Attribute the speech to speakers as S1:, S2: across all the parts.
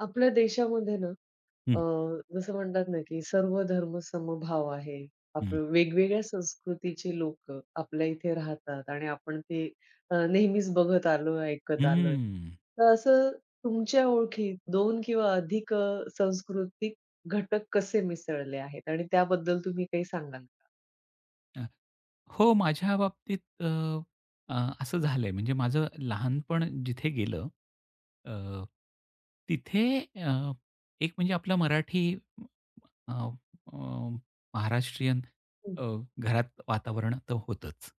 S1: आपल्या देशामध्ये ना अ,
S2: हं,
S1: जसं म्हणतात ना की सर्व धर्म समभाव आहे.
S2: हं.
S1: आपलं वेगवेगळ्या संस्कृतीचे लोकं आपल्या इथे राहतात आणि आपण ते नेहमीच बघत आलोय, ऐकत आलोय.
S2: हं.
S1: तर असं तुमच्या ओळखीत 2 किंवा अधिक सांस्कृतिक घटक कसे मिसळले आहेत आणि त्याबद्दल तुम्ही काही सांगाल का?
S2: अ, हो, माझ्या बाबतीत अ, अ, असं झालंय म्हणजे माझं लहानपण जिथे गेलं अ, तिथे एक म्हणजे आपला मराठी अ, अ, महाराष्ट्रीयन
S1: हं.
S2: अ, घरात वातावरण तर होतंच.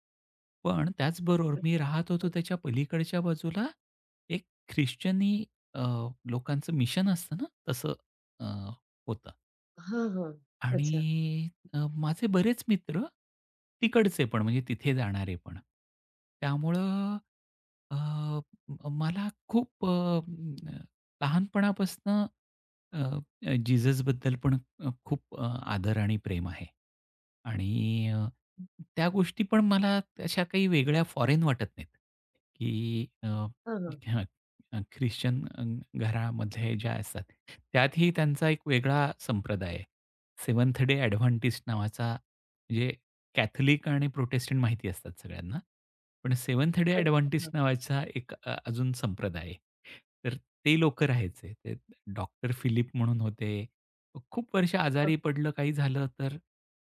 S2: पण त्याचबरोबर मी
S1: अच्छा.
S2: राहत होतो
S1: हं.
S2: त्याच्या पलीकडच्या बाजूला एक ख्रिश्चनी अ, लोकांचं मिशन असतं ना, तसं अ, होतं.
S1: हां, हां.
S2: आणि
S1: अच्छा.
S2: माझे बरेच मित्र तिकडचे पण म्हणजे तिथे जाणारे पण. त्यामुळं अ, म मला खूप म, अ, लहानपणापासनं अ, अ, जीजसबद्दल पण खूप आदर आणि प्रेम आहे. आणि त्या गोष्टी पण मला अशा काही वेगळ्या फॉरेन वाटत नाहीत, की
S1: हां, हां.
S2: हां, ख्रिश्चन घरामध्ये ज्या असतात त्यातही त्यांचा एक वेगळा संप्रदाय आहे. सेव्हन्थ डे ॲडव्हेंटिस्ट नावाचा म्हणजे कॅथलिक आणि प्रोटेस्टंट माहिती असतात सगळ्यांना. पण सेव्हन्थ डे
S1: अच्छा.
S2: ॲडव्हेंटिस्ट
S1: हां.
S2: नावाचा एक अजून संप्रदाय आहे. तर ते लोकं राहायचे. ते डॉक्टर फिलिप म्हणून होते. खूप वर्ष
S1: हां,
S2: आजारी पडलं, काही झालं तर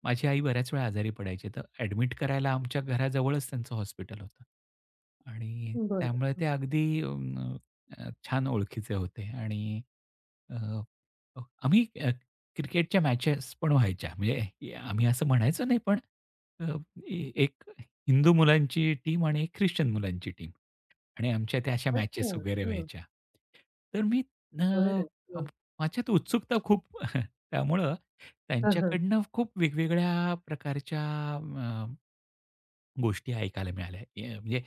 S2: माझी आई बऱ्याच वेळा आजारी पडायची. तर ॲडमिट करायला आमच्या घराजवळच त्यांचं हॉस्पिटल होतं. आणि
S1: बरं.
S2: त्यामुळे ते अगदी छान ओळखीचे होते आणि अ, आम्ही क्रिकेटच्या मॅचेस पण व्हायच्या. म्हणजे हे आम्ही असं म्हणायचो नाही, पण अ, ए एक हिंदू मुलांची टीम आणि एक ख्रिश्चन मुलांची टीम आणि आमच्या त्या अशा मॅचेस
S1: अच्छा.
S2: वगैरे
S1: हां.
S2: व्हायच्या. तर मी अ,
S1: बरं.
S2: अ,
S1: हं.
S2: माझ्यात उत्सुकता खूप त्यामुळं
S1: हां,
S2: त्यांच्याकडनं खूप वेगवेगळ्या प्रकारच्या गोष्टी ऐकायला मिळाल्या. म्हणजे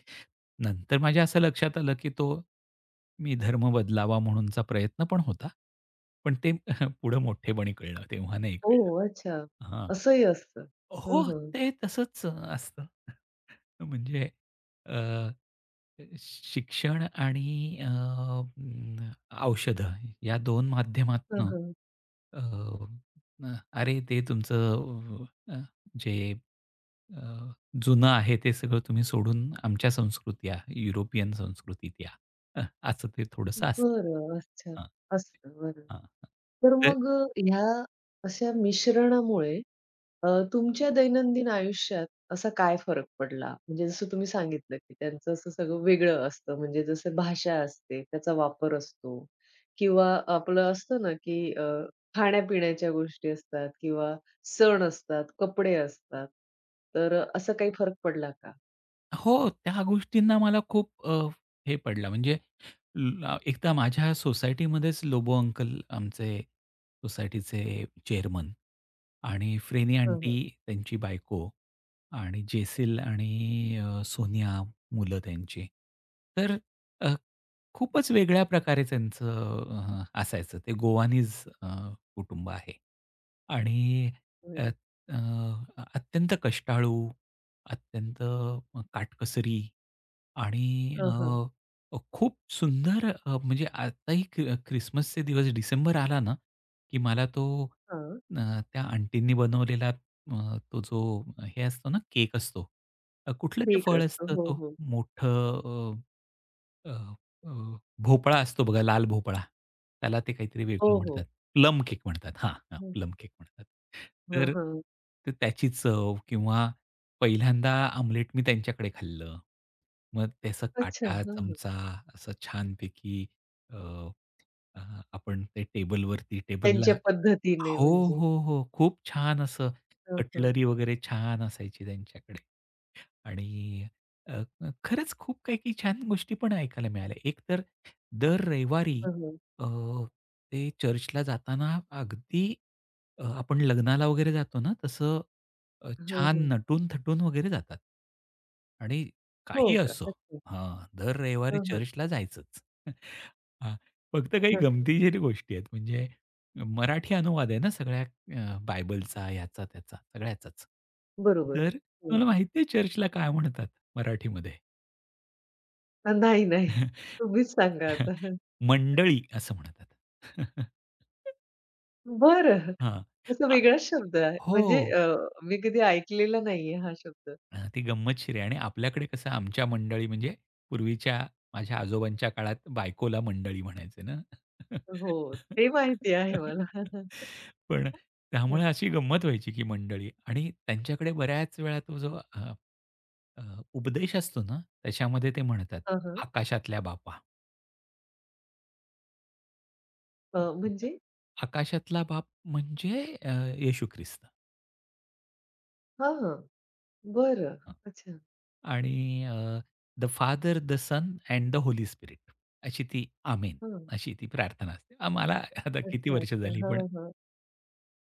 S2: नंतर माझ्या असं लक्षात आलं, की तो मी धर्म बदलावा म्हणूनचा प्रयत्न पण होता. पण ते पुढे मोठेपणी कळलं, तेव्हा नाही
S1: ओ,
S2: कळलं.
S1: अच्छा.
S2: हां.
S1: असंही असतं. हं,
S2: हो,
S1: हं.
S2: ते तसंच असतं. म्हणजे अ, शिक्षण आणि औषधं या दोन
S1: हं,
S2: माध्यमातनं
S1: हं.
S2: अ, अरे ते तुमचं जे जुनं आहे ते सगळं तुम्ही सोडून आमच्या संस्कृती या, युरोपियन संस्कृतीत या. हं, असं ते थोडंसं असतं.
S1: बरं. अच्छा.
S2: हां.
S1: असतं. बरं.
S2: हां,
S1: तर
S2: हां.
S1: मग ह्या अशा मिश्रणामुळे तुमच्या दैनंदिन आयुष्यात असा काय फरक पडला? म्हणजे जसं तुम्ही सांगितलं, की त्यांचं असं सगळं वेगळं असतं. म्हणजे जसं भाषा असते, त्याचा वापर असतो किंवा आपलं असतं ना, की खाण्यापिण्याच्या गोष्टी असतात किंवा सण असतात, कपडे असतात. तर काही फरक पडला का?
S2: हो, त्या गोष्टींना मला खूप हे पडलं म्हणजे एकदा माझ्या सोसायटीमध्येच लोबो अंकल आमचे सोसायटीचे चेअरमन आणि फ्रेनी
S1: हं, हं.
S2: आंटी त्यांची बायको आणि जेसिल आणि सोनिया मुलं त्यांची. तर अ, खूपच वेगळ्या प्रकारे त्यांचं असायचं. ते गोवानीज अ, कुटुंब आहे. आणि अ,
S1: बरं.
S2: अ, अत्यंत कष्टाळू, अत्यंत काटकसरी आणि
S1: हां, हां.
S2: खूप सुंदर म्हणजे आताही ख्रिसमसचे दिवस डिसेंबर आला ना, की मला तो
S1: हां.
S2: अ, त्या आंटींनी बनवलेला तो जो हे असतो ना, केक असतो. कुठलं ते
S1: ठीक
S2: फळ
S1: असतं.
S2: असतं
S1: हो,
S2: तो
S1: हो.
S2: मोठं अ, अ, अ, भोपळा असतो बघा, लाल भोपळा. त्याला ते काहीतरी
S1: हो,
S2: वेगळं म्हणतात.
S1: हो.
S2: प्लम केक म्हणतात. हां, हां,
S1: हं.
S2: प्लम केक म्हणतात.
S1: हां,
S2: तर
S1: हां.
S2: तर त्याची चव किंवा पहिल्यांदा आमलेट मी त्यांच्याकडे खाल्लं. मग त्याचा
S1: अच्छा.
S2: काटा,
S1: हां, हां.
S2: चमचा असं छानपैकी अ, अ, आपण ते टेबलला
S1: त्यांच्या पद्धतीने
S2: हो,
S1: म्हणजे.
S2: हो, हो. खूप छान असं
S1: हां, हां.
S2: कटलरी वगैरे छान असायची त्यांच्याकडे. आणि अ, अ, खरंच खूप काही-काही छान गोष्टी पण ऐकायला मिळाल्या. एक तर दर रविवारी
S1: हां, हां.
S2: अ, ते चर्चला जाताना अगदी आपण लग्नाला वगैरे जातो ना, तसं
S1: हां,
S2: छान
S1: हां.
S2: नटून-थटून वगैरे जातात. आणि
S1: हो
S2: काही
S1: का?
S2: असो
S1: अच्छा.
S2: हां, दर रविवारी
S1: हां, हां.
S2: चर्चला जायचंच. हां, फक्त काही
S1: हं.
S2: गमतीशीर गोष्टी आहेत. म्हणजे मराठी अनुवाद आहे ना सगळ्या बायबलचा, याचा, त्याचा, सगळ्याचाच.
S1: बरोबर.
S2: तर
S1: हो.
S2: तुम्हाला माहिती आहे चर्चला काय म्हणतात मराठीमध्ये?
S1: नाही, नाही. तुम्हीच सांगा आता. हं.
S2: मंडळी असं म्हणतात.
S1: बरं.
S2: हां.
S1: असा वेगळाच शब्द आहे.
S2: हो.
S1: म्हणजे मी कधी ऐकलेला नाहीये हा शब्द.
S2: हां, ती गंमतशीर आहे आणि आपल्याकडे कसं आमच्या मंडळी म्हणजे पूर्वीच्या माझ्या आजोबांच्या काळात बायकोला मंडळी म्हणायचे ना.
S1: हो. ते माहिती आहे मला. हं, हं.
S2: पण
S1: हं.
S2: त्यामुळे अशी गंमत व्हायची की मंडळी आणि त्यांच्याकडे बऱ्याच वेळा तो जो अ, अ, उपदेश असतो ना, त्याच्यामध्ये ते म्हणतात,
S1: हां, हां.
S2: "आकाशातल्या बापा."
S1: म्हणजे?
S2: आकाशातला बाप म्हणजे येशू ख्रिस्त.
S1: हां, हां. बरं.
S2: हां.
S1: अच्छा.
S2: आणि "the father, the son and the holy spirit" अशी ती आमेन
S1: हां.
S2: अशी ती प्रार्थना असते. मला आता किती
S1: अच्छा,
S2: वर्ष
S1: अच्छा.
S2: झाली
S1: हां,
S2: पण
S1: हां.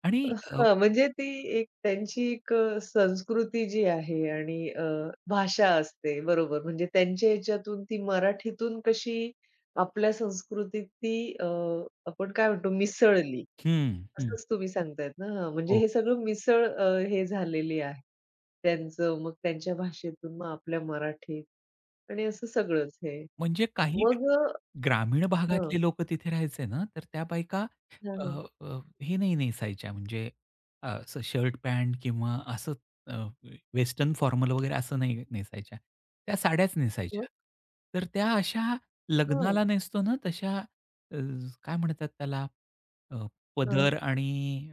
S2: आणि
S1: हां, म्हणजे ती एक त्यांची एक संस्कृती जी आहे आणि भाषा असते बरोबर. म्हणजे त्यांच्या ह्याच्यातून ती मराठीतून कशी आपल्या संस्कृतीत ती आपण काय म्हणतो मिसळली.
S2: हं, हं.
S1: असंच तुम्ही सांगतायत ना? हां, म्हणजे
S2: हो,
S1: हे सगळं मिसळ हे झालेली आहे. त्यांचं मग त्यांच्या भाषेतून मग आपल्या मराठीत आणि असं सगळंच हे.
S2: म्हणजे काही
S1: मग
S2: ग्रामीण
S1: हां,
S2: भागातले लोकं तिथे राहायचे ना, तर त्या बायका
S1: हां,
S2: अ,
S1: हां.
S2: अ, हे नाही नेसायच्या म्हणजे असं शर्ट, पॅन्ट किंवा असं वेस्टर्न फॉर्मल वगैरे असं नाही नेसायच्या. त्या साड्याच
S1: मग
S2: नेसायच्या. तर त्या अशा
S1: हां,
S2: लग्नाला नेसतो ना तशा काय म्हणतात त्याला अ,
S1: हां.
S2: पदर आणि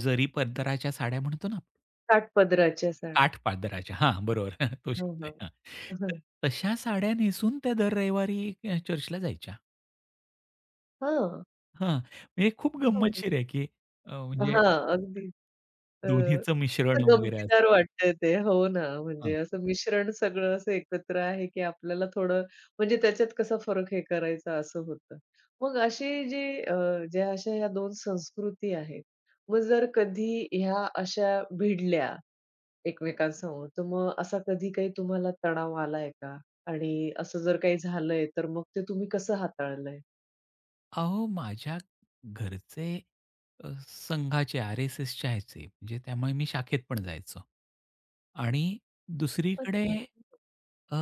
S2: जरी पदराच्या साड्या म्हणतो ना,
S1: काठपदराच्या साठ.
S2: काठ पदराच्या हां, बरोबर तो
S1: हां,
S2: शब्द आहे.
S1: हां.
S2: हां. तर तशा साड्या नेसून त्या दर रविवारी चर्चला जायच्या.
S1: हां, हां.
S2: हां, म्हणजे खूप
S1: हो.
S2: गंमतशीर आहे, की म्हणजे
S1: हां, अगदीच. अ,
S2: दोन्हीचं
S1: असं
S2: मिश्रण वगैरे असं.
S1: गमतीदार वाटतंय ते. हो ना,
S2: हां.
S1: म्हणजे असं मिश्रण सगळं असं एकत्र आहे, की आपल्याला थोडं म्हणजे त्याच्यात कसा फरक हे करायचा असं होतं. मग अशी जी ज्या अशा ह्या 2 संस्कृती आहेत, मग जर कधी ह्या अशा भिडल्या एकमेकांसमोर, तर मग असा कधी काही तुम्हाला तणाव आलाय का? आणि असं जर काही झालंय, तर मग ते तुम्ही कसं हाताळलंय?
S2: अहो, माझ्या घरचे संघाचे, आर-एस-एसचे ह्याचे, म्हणजे त्यामुळे मी शाखेत पण जायचो. आणि दुसरीकडे
S1: अच्छा.
S2: अ,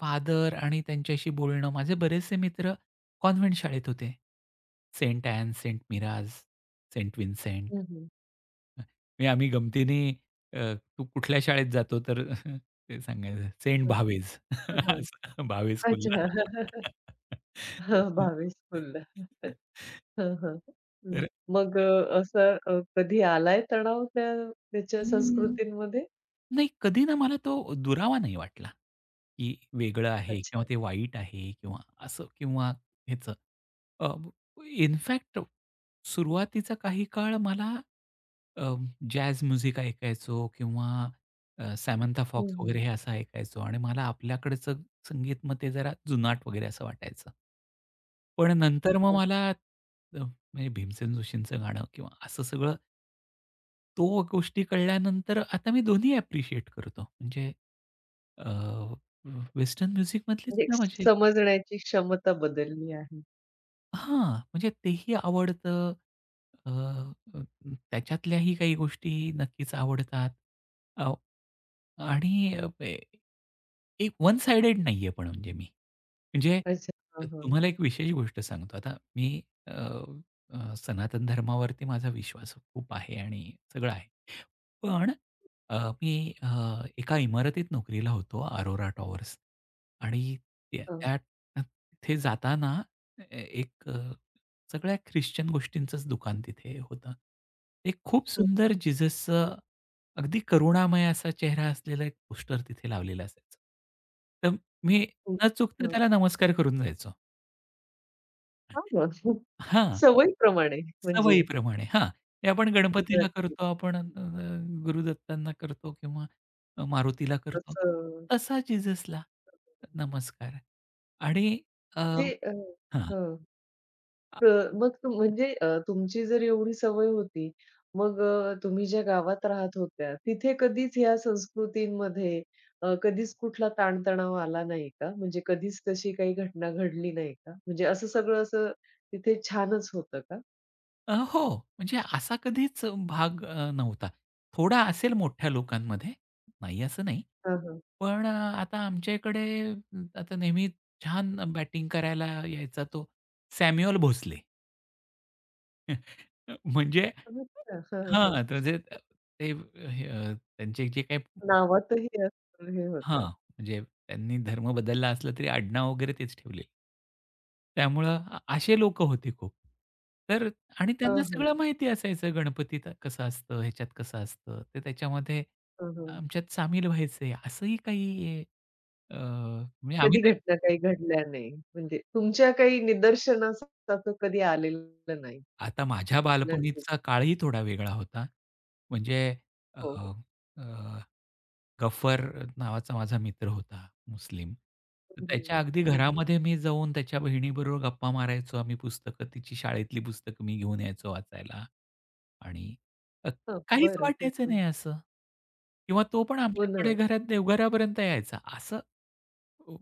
S2: फादर आणि त्यांच्याशी बोलणं, माझे बरेचसे मित्र कॉन्व्हेंट शाळेत होते. Saint Ann, saint Mira's, saint Vincent.
S1: हं, हं.
S2: म्हणजे आम्ही गमतीने तू कुठल्या शाळेत जातो? तर ते सांगायचं सेंट भावेज.
S1: हां, हां.
S2: असं भावेज कुल्ला.
S1: अच्छा. हां, भावेश बोलला. हं, हं. हं.
S2: तर
S1: मग असा कधी आलाय तणाव त्या त्याच्या
S2: हं,
S1: संस्कृतींमध्ये?
S2: नाही कधी ना मला तो दुरावा नाही वाटला. की वेगळं आहे
S1: अच्छा.
S2: किंवा ते वाईट आहे किंवा असं किंवा ह्याचं. अ, इनफॅक्ट सुरुवातीचा काही काळ मला अ, जॅझ म्युझिक ऐकायचो किंवा सॅमंथा फॉक्स
S1: हं, हं.
S2: वगैरे हे असं ऐकायचो आणि मला आपल्याकडचं संगीत मग ते जरा जुनाट वगैरे असं वाटायचं. पण नंतर मग
S1: अच्छा.
S2: मला म्हणजे भीमसेन जोशींचं गाणं किंवा असं सगळं तो गोष्टी कळल्यानंतर आता मी दोन्ही ॲप्रिशिएट करतो. म्हणजे वेस्टर्न म्युझिकमधली
S1: म्हणजे
S2: सुद्धा म्हणजे
S1: समजण्याची क्षमता बदलली आहे.
S2: हां, म्हणजे तेही आवडतं. अ, अ, त्याच्यातल्याही काही गोष्टी नक्कीच आवडतात. अ, आणि अ, ए एक वन साइडेड नाहीये पण म्हणजे मी. म्हणजे
S1: अच्छा. हां, हां.
S2: तुम्हाला एक विशेष गोष्ट सांगतो. आता मी अ, अ, सनातन धर्मावरती माझा विश्वास खूप आहे आणि सगळं आहे. पण अ, मी एका इमारतीत नोकरीला होतो, अरोरा टॉवर्स आणि त्या
S1: हां.
S2: त्या तिथे जाताना एक सगळ्या ख्रिश्चन गोष्टींचंच दुकान तिथे होतं. एक खूप
S1: हं,
S2: सुंदर जीजसचं अगदी करुणामय असा चेहरा असलेलं एक पोस्टर तिथे लावलेला असायचं. तर मी
S1: हं.
S2: न चुकता
S1: हं.
S2: त्याला नमस्कार करून जायचो.
S1: हां मग.
S2: हां,
S1: सवयीप्रमाणे म्हणजे
S2: सवयीप्रमाणे. हां, हे आपण गणपतीला
S1: नक्कीच.
S2: करतो, आपण गुरुदत्तांना करतो किंवा मारुतीला करतो.
S1: तसं
S2: तसा जीजसला नमस्कार आणि अ,
S1: म्हणजे
S2: हां.
S1: हं. अ, मग म्हणजे तुमची जर एवढी सवय होती, मग तुम्ही ज्या गावात राहत होत्या, तिथे कधीच ह्या संस्कृतींमध्ये कधीच कुठला ताणतणाव आला नाही का? म्हणजे कधीच तशी काही घटना घडली नाही का? म्हणजे असं सगळं असं तिथे छानच होतं का?
S2: हो, म्हणजे असा कधीच भाग नव्हता. थोडा असेल मोठ्या लोकांमध्ये, नाही असं नाही.
S1: हां, हां.
S2: पण आता आमच्या इकडे आता नेहमी छान बॅटिंग करायला यायचा तो सॅम्युअल भोसले. म्हणजे
S1: अच्छा. हां,
S2: हां,
S1: हां.
S2: म्हणजे ते हे त्यांचे जे काही
S1: नावातही असं हे
S2: हां,
S1: होतं.
S2: म्हणजे त्यांनी धर्म बदलला असला तरी आडनाव वगैरे तेच ठेवलेलं. त्यामुळं असे लोकं होते खूप. तर आणि त्यांना
S1: हां, हां.
S2: सगळं माहिती असायचं गणपतीत कसं असतं, ह्याच्यात कसं असतं. ते त्याच्यामध्ये
S1: हां, हां.
S2: आमच्यात सामील व्हायचे असंही काही म्हणजे आम्ही
S1: कधी
S2: नाही
S1: घटना काही घडल्या नाही. म्हणजे तुमच्या काही निदर्शनास असं कधी आलेलं नाही.
S2: आता माझ्या
S1: नक्कीच.
S2: बालपणीचा काळही थोडा वेगळा होता. म्हणजे अ,
S1: हो, हो.
S2: अ, गफर नावाचा माझा मित्र होता मुस्लिम. तर
S1: हं, हं.
S2: त्याच्या अगदी घरामध्ये मी जाऊन त्याच्या बहिणीबरोबर गप्पा मारायचो. आम्ही पुस्तकं तिची शाळेतली पुस्तकं मी घेऊन यायचो वाचायला आणि अ,
S1: हां,
S2: काहीच
S1: बरं. हं,
S2: वाटायचं नाही
S1: हं.
S2: असं किंवा तो पण
S1: हो ना.
S2: आमच्याकडे घरात देवघरापर्यंत यायचा. असं अ,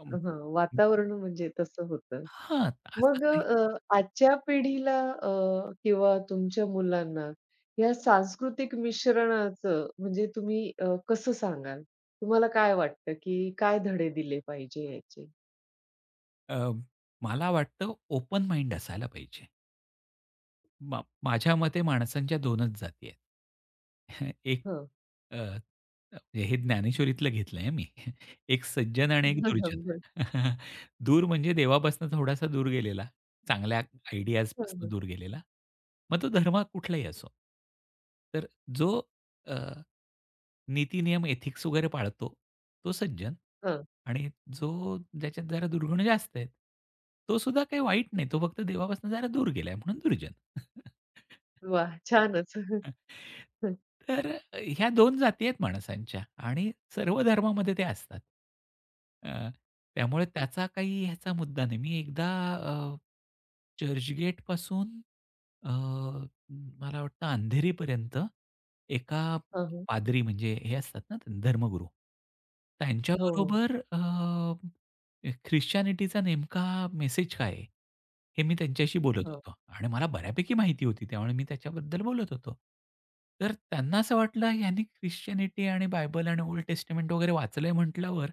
S2: अं,
S1: हां, वातावरण म्हणजे तसं होतं.
S2: हां, असं
S1: मग
S2: काही
S1: आजच्या पिढीला किंवा तुमच्या मुलांना या सांस्कृतिक मिश्रणाचं म्हणजे तुम्ही कसं सांगाल? तुम्हाला काय वाटतं, की काय धडे दिले पाहिजे याचे?
S2: अ, मला वाटतं ओपन माइंड असायला पाहिजे. माझ्या मते माणसांच्या 2च जाती आहेत. एक
S1: हं.
S2: अ, म्हणजे हे ज्ञानेश्वरीतलं घेतलंय मी. एक सज्जन आणि एक
S1: हं,
S2: दुर्जन.
S1: हं. बरं.
S2: दूर म्हणजे देवापासून थोडासा दूर गेलेला, चांगल्या
S1: हं,
S2: आयडियाजपासून
S1: हं.
S2: दूर गेलेला. मग तो धर्म कुठलाही असो. तर जो अ नीती-नियम, एथिक्स वगैरे पाळतो, तो सज्जन
S1: हं.
S2: आणि जो ज्याच्यात जरा दुर्गुण जास्त आहेत, तो सुद्धा काही वाईट नाही. तो फक्त देवापासून जरा दूर गेलाय म्हणून दुर्जन.
S1: वाह! छानच.
S2: तर ह्या दोन जाती आहेत माणसांच्या आणि सर्व धर्मामध्ये ते असतात. अ, त्यामुळे त्याचा काही ह्याचा मुद्दा नाही. मी एकदा अ, चर्चगेटपासून अ, मला वाटतं अंधेरीपर्यंत एका
S1: हं, हं.
S2: पादरी म्हणजे हे असतात ना धर्मगुरू,
S1: हो, हो.
S2: त्यांच्याबरोबर अ अ, ख्रिश्चॅनिटीचा नेमका मेसेज काय आहे? हे मी त्यांच्याशी बोलत
S1: हां.
S2: होतो आणि मला बऱ्यापैकी माहिती होती त्यामुळे मी त्याच्याबद्दल बोलत होतो. तर त्यांना असं वाटलं ह्यांनी ख्रिश्चॅनिटी आणि बायबल आणि ओल्ड टेस्टमेंट वगैरे वाचलंय म्हटल्यावर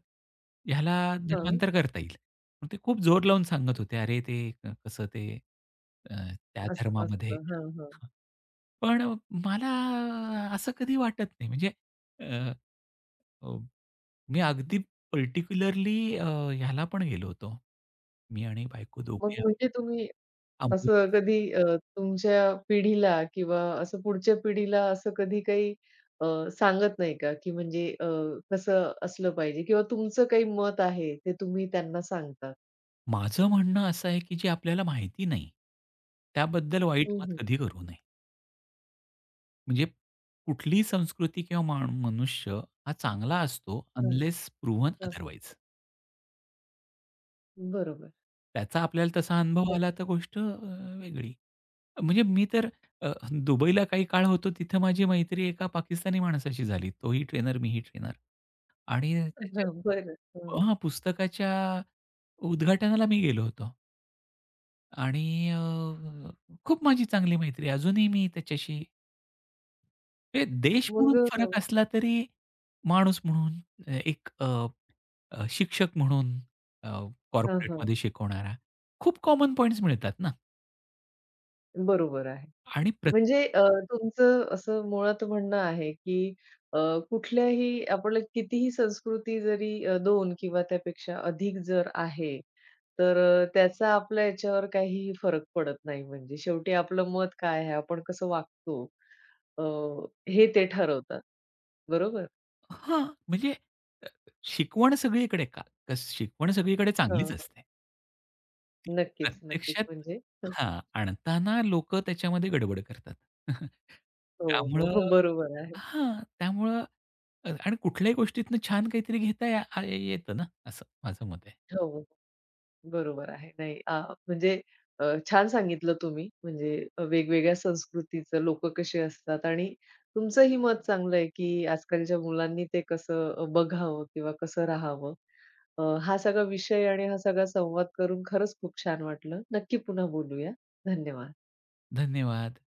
S2: ह्याला
S1: हां.
S2: धर्मांतर करता येईल. मग ते खूप जोर लावून सांगत होते, "अरे ते कसं ते अ, त्या
S1: असं
S2: धर्मामध्ये."
S1: असतं. हां, हां.
S2: पण मला असं कधी वाटत नाही म्हणजे अ, अ, मी अगदी पर्टिक्युलरली ह्याला पण गेलो होतो. मी आणि बायको
S1: मग
S2: दोघे
S1: म्हणजे
S2: आम्ही
S1: तुम्ही
S2: अमृत
S1: असं कधी तुमच्या पिढीला किंवा असं पुढच्या पिढीला असं कधी काही अ, सांगत नाही का? की म्हणजे कसं असलं पाहिजे किंवा तुमचं काही मत आहे ते तुम्ही त्यांना सांगता?
S2: माझं म्हणणं असं आहे, की जे आपल्याला माहिती नाही, त्याबद्दल वाईट
S1: हं,
S2: मत
S1: हं.
S2: कधी करू नये. म्हणजे कुठलीही संस्कृती किंवा मनुष्य हा चांगला असतो
S1: हं,
S2: अनलेस प्रूव्हन
S1: हं.
S2: अदरवाईज.
S1: बरोबर.
S2: त्याचा आपल्याला तसा अनुभव
S1: बरं.
S2: आला तर गोष्ट वेगळी. म्हणजे मी तर दुबईला काही काळ होतो तिथं माझी मैत्री एका पाकिस्तानी माणसाशी झाली. तोही ट्रेनर, मीही ट्रेनर. आणि त्याच्या
S1: बरं. हं.
S2: हां, पुस्तकाच्या उद्घाटनाला मी गेलो होतो आणि खूप माझी चांगली मैत्री आहे. अजूनही मी त्याच्याशी म्हणजे देश
S1: मग
S2: म्हणून फरक असला तरी माणूस म्हणून अ, एक अ, अ, शिक्षक म्हणून अ,
S1: हां, हां.
S2: कॉर्पोरेटमध्ये शिकवणारा खूप कॉमन पॉइंट्स मिळतात ना.
S1: बरोबर आहे.
S2: आणि
S1: म्हणजे तुमचं असं मुळात म्हणणं आहे, की अ, कुठल्याही आपलं कितीही संस्कृती जरी 2 किंवा त्यापेक्षा अधिक जर आहे, तर त्याचा आपल्या याच्यावर काहीही फरक पडत नाही. म्हणजे शेवटी आपलं मत काय आहे, आपण कसं वागतो अ, हे ते ठरवतात. बरोबर?
S2: हां, म्हणजे अ, शिकवण सगळीकडे का शिकवण सगळीकडे चांगलीच
S1: हां,
S2: असते. ती
S1: नक्कीच, नक्कीच.
S2: प्रत्यक्षात
S1: म्हणजे
S2: हां, आणताना लोकं त्याच्यामध्ये गडबड करतात.
S1: हो, हो,
S2: त्यामुळं
S1: हो. बरोबर आहे.
S2: हां, त्यामुळं आणि कुठल्याही गोष्टीतनं छान काहीतरी घेता या आ येतं ना, असं माझं मत आहे.
S1: हो. बरोबर आहे. नाही म्हणजे अ, छान सांगितलं तुम्ही म्हणजे वेगवेगळ्या संस्कृतीचं लोकं कसे असतात आणि तुमचंही मत चांगलं आहे, की आजकालच्या मुलांनी ते कसं बघावं किंवा कसं राहावं. हा सगळा विषय आणि हा सगळा संवाद करून खरंच खूप छान वाटलं. नक्की पुन्हा बोलूया. धन्यवाद.
S2: धन्यवाद.